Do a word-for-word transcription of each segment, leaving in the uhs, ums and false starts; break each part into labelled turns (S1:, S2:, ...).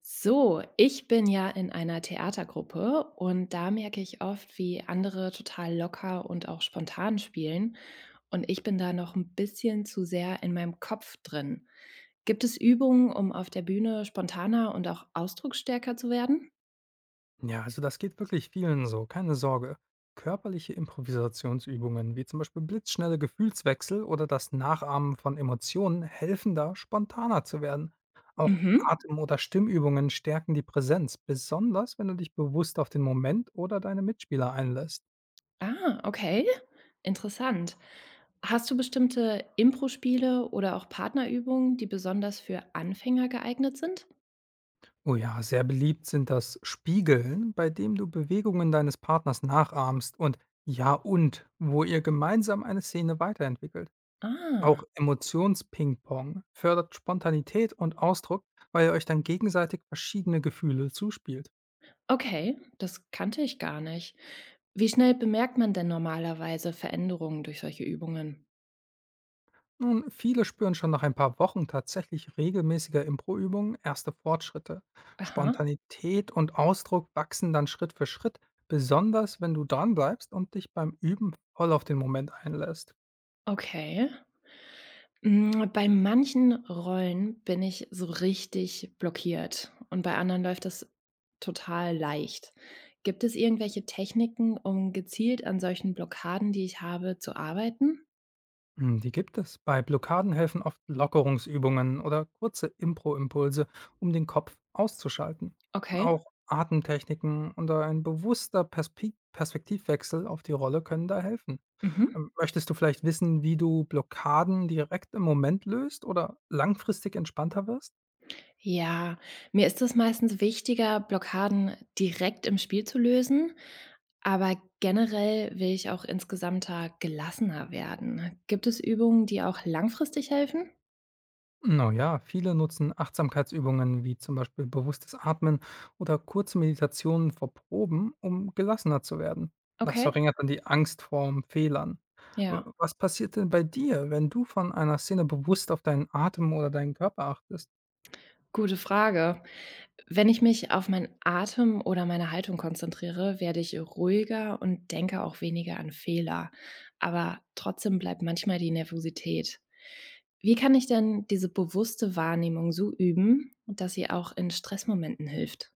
S1: So, ich bin ja in einer Theatergruppe und da merke ich oft, wie andere total locker und auch spontan spielen. Und ich bin da noch ein bisschen zu sehr in meinem Kopf drin. Gibt es Übungen, um auf der Bühne spontaner und auch ausdrucksstärker zu werden?
S2: Ja, also das geht wirklich vielen so, keine Sorge. Körperliche Improvisationsübungen, wie zum Beispiel blitzschnelle Gefühlswechsel oder das Nachahmen von Emotionen, helfen da, spontaner zu werden. Auch
S1: Mhm.
S2: Atem- oder Stimmübungen stärken die Präsenz, besonders wenn du dich bewusst auf den Moment oder deine Mitspieler einlässt.
S1: Ah, okay. Interessant. Hast du bestimmte Impro-Spiele oder auch Partnerübungen, die besonders für Anfänger geeignet sind?
S2: Oh ja, sehr beliebt sind das Spiegeln, bei dem du Bewegungen deines Partners nachahmst und ja und, wo ihr gemeinsam eine Szene weiterentwickelt.
S1: Ah.
S2: Auch Emotions-Ping-Pong fördert Spontanität und Ausdruck, weil ihr euch dann gegenseitig verschiedene Gefühle zuspielt.
S1: Okay, das kannte ich gar nicht. Wie schnell bemerkt man denn normalerweise Veränderungen durch solche Übungen?
S2: Nun, viele spüren schon nach ein paar Wochen tatsächlich regelmäßiger Impro-Übungen erste Fortschritte.
S1: Aha,
S2: Spontanität und Ausdruck wachsen dann Schritt für Schritt, besonders wenn du dranbleibst und dich beim Üben voll auf den Moment einlässt.
S1: okay. Mm, bei manchen Rollen bin ich so richtig blockiert und bei anderen läuft das total leicht. Gibt es irgendwelche Techniken, um gezielt an solchen Blockaden, die ich habe, zu arbeiten?
S2: Hm, die gibt es. Bei Blockaden helfen oft Lockerungsübungen oder kurze Impro-Impulse, um den Kopf auszuschalten.
S1: Okay.
S2: Auch Atemtechniken oder ein bewusster Perspe- Perspektivwechsel auf die Rolle können da helfen.
S1: Mhm.
S2: Ähm, Möchtest du vielleicht wissen, wie du Blockaden direkt im Moment löst oder langfristig entspannter wirst?
S1: Ja, mir ist es meistens wichtiger, Blockaden direkt im Spiel zu lösen, aber generell will ich auch insgesamter gelassener werden. Gibt es Übungen, die auch langfristig helfen?
S2: Na ja, viele nutzen Achtsamkeitsübungen wie zum Beispiel bewusstes Atmen oder kurze Meditationen vor Proben, um gelassener zu werden. Das
S1: Okay,
S2: verringert dann die Angst vor Fehlern. W-
S1: ja,
S2: Was passiert denn bei dir, wenn du von einer Szene bewusst auf deinen Atem oder deinen Körper achtest?
S1: gute Frage. Wenn ich mich auf meinen Atem oder meine Haltung konzentriere, werde ich ruhiger und denke auch weniger an Fehler. Aber trotzdem bleibt manchmal die Nervosität. Wie kann ich denn diese bewusste Wahrnehmung so üben, dass sie auch in Stressmomenten hilft?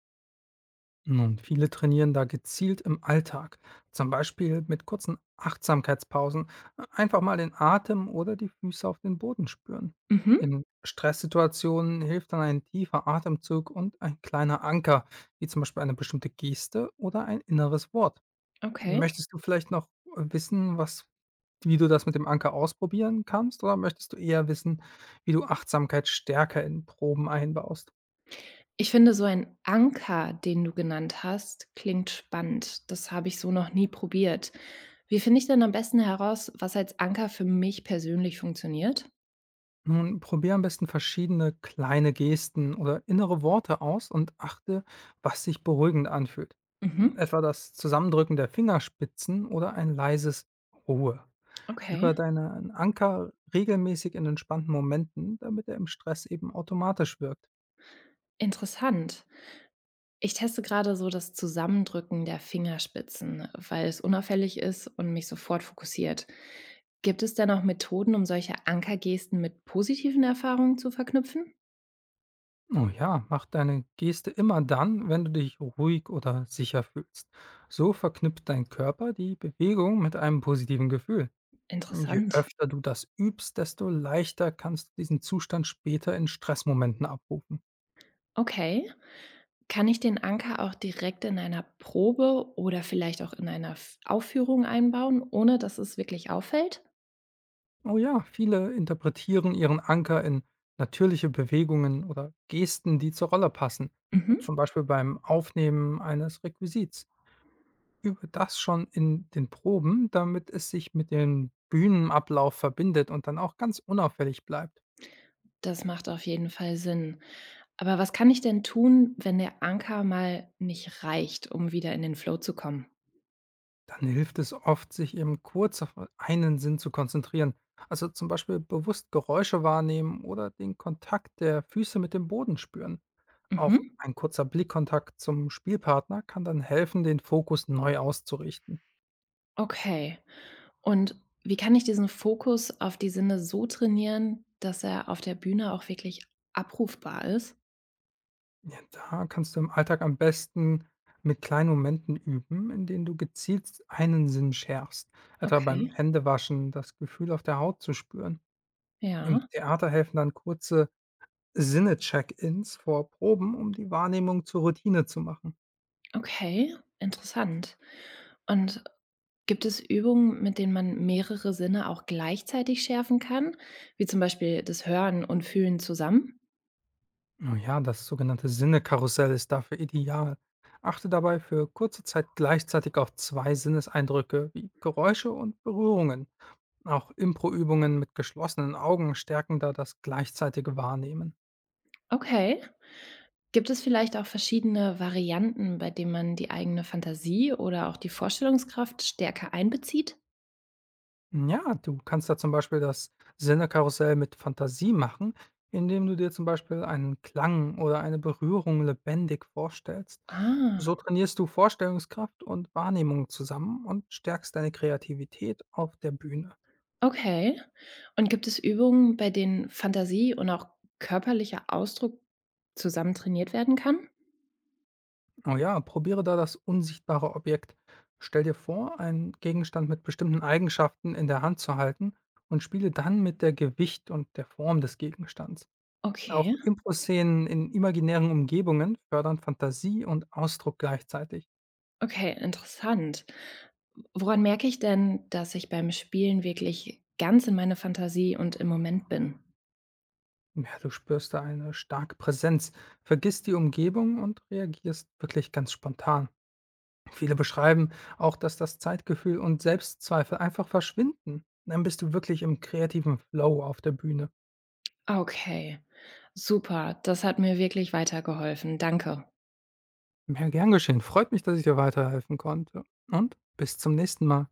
S2: Nun, viele trainieren da gezielt im Alltag, zum Beispiel mit kurzen Achtsamkeitspausen, einfach mal den Atem oder die Füße auf den Boden spüren.
S1: Mhm,
S2: In Stresssituationen hilft dann ein tiefer Atemzug und ein kleiner Anker, wie zum Beispiel eine bestimmte Geste oder ein inneres Wort.
S1: okay.
S2: Möchtest du vielleicht noch wissen, was, wie du das mit dem Anker ausprobieren kannst, oder möchtest du eher wissen, wie du Achtsamkeit stärker in Proben einbaust?
S1: Ich finde, so ein Anker, den du genannt hast, klingt spannend. Das habe ich so noch nie probiert. Wie finde ich denn am besten heraus, was als Anker für mich persönlich funktioniert?
S2: Nun, probier am besten verschiedene kleine Gesten oder innere Worte aus und achte, was sich beruhigend anfühlt.
S1: Mhm,
S2: Etwa das Zusammendrücken der Fingerspitzen oder ein leises Ruhe.
S1: okay.
S2: Über deinen Anker regelmäßig in entspannten Momenten, damit er im Stress eben automatisch wirkt.
S1: Interessant. Ich teste gerade so das Zusammendrücken der Fingerspitzen, weil es unauffällig ist und mich sofort fokussiert. Gibt es denn auch Methoden, um solche Ankergesten mit positiven Erfahrungen zu verknüpfen?
S2: Oh ja, mach deine Geste immer dann, wenn du dich ruhig oder sicher fühlst. So verknüpft dein Körper die Bewegung mit einem positiven Gefühl. Je
S1: Interessant.
S2: öfter du das übst, desto leichter kannst du diesen Zustand später in Stressmomenten abrufen.
S1: Okay. Kann ich den Anker auch direkt in einer Probe oder vielleicht auch in einer F- Aufführung einbauen, ohne dass es wirklich auffällt?
S2: Oh ja, viele interpretieren ihren Anker in natürliche Bewegungen oder Gesten, die zur Rolle passen,
S1: Mhm.
S2: zum Beispiel beim Aufnehmen eines Requisits. Übe das schon in den Proben, damit es sich mit dem Bühnenablauf verbindet und dann auch ganz unauffällig bleibt.
S1: Das macht auf jeden Fall Sinn. Aber was kann ich denn tun, wenn der Anker mal nicht reicht, um wieder in den Flow zu kommen?
S2: Dann hilft es oft, sich eben kurz auf einen Sinn zu konzentrieren. Also zum Beispiel bewusst Geräusche wahrnehmen oder den Kontakt der Füße mit dem Boden spüren. Auch
S1: Mhm.
S2: ein kurzer Blickkontakt zum Spielpartner kann dann helfen, den Fokus neu auszurichten.
S1: Okay. Und wie kann ich diesen Fokus auf die Sinne so trainieren, dass er auf der Bühne auch wirklich abrufbar ist?
S2: Ja, da kannst du im Alltag am besten mit kleinen Momenten üben, in denen du gezielt einen Sinn schärfst, etwa beim
S1: Okay,
S2: Händewaschen das Gefühl auf der Haut zu spüren. Im
S1: ja.
S2: Theater helfen dann kurze Sinne-Check-ins vor Proben, um die Wahrnehmung zur Routine zu machen.
S1: Okay, interessant. Und gibt es Übungen, mit denen man mehrere Sinne auch gleichzeitig schärfen kann, wie zum Beispiel das Hören und Fühlen zusammen?
S2: Oh ja, das sogenannte Sinne-Karussell ist dafür ideal. Achte dabei für kurze Zeit gleichzeitig auf zwei Sinneseindrücke wie Geräusche und Berührungen. Auch Impro-Übungen mit geschlossenen Augen stärken da das gleichzeitige Wahrnehmen.
S1: Okay. Gibt es vielleicht auch verschiedene Varianten, bei denen man die eigene Fantasie oder auch die Vorstellungskraft stärker einbezieht?
S2: Ja, du kannst da zum Beispiel das Sinne-Karussell mit Fantasie machen, indem du dir zum Beispiel einen Klang oder eine Berührung lebendig vorstellst. So
S1: Ah,
S2: trainierst du Vorstellungskraft und Wahrnehmung zusammen und stärkst deine Kreativität auf der Bühne.
S1: okay. Und gibt es Übungen, bei denen Fantasie und auch körperlicher Ausdruck zusammen trainiert werden kann?
S2: Oh ja, probiere da das unsichtbare Objekt. Stell dir vor, einen Gegenstand mit bestimmten Eigenschaften in der Hand zu halten und spiele dann mit der Gewicht und der Form des Gegenstands. Auch
S1: Okay,
S2: Impro-Szenen in imaginären Umgebungen fördern Fantasie und Ausdruck gleichzeitig.
S1: okay, interessant. Woran merke ich denn, dass ich beim Spielen wirklich ganz in meiner Fantasie und im Moment bin?
S2: Ja, du spürst da eine starke Präsenz, vergisst die Umgebung und reagierst wirklich ganz spontan. Viele beschreiben auch, dass das Zeitgefühl und Selbstzweifel einfach verschwinden. Dann bist du wirklich im kreativen Flow auf der Bühne.
S1: Okay, super. Das hat mir wirklich weitergeholfen. Danke.
S2: Ja, gern geschehen. Freut mich, dass ich dir weiterhelfen konnte. Und bis zum nächsten Mal.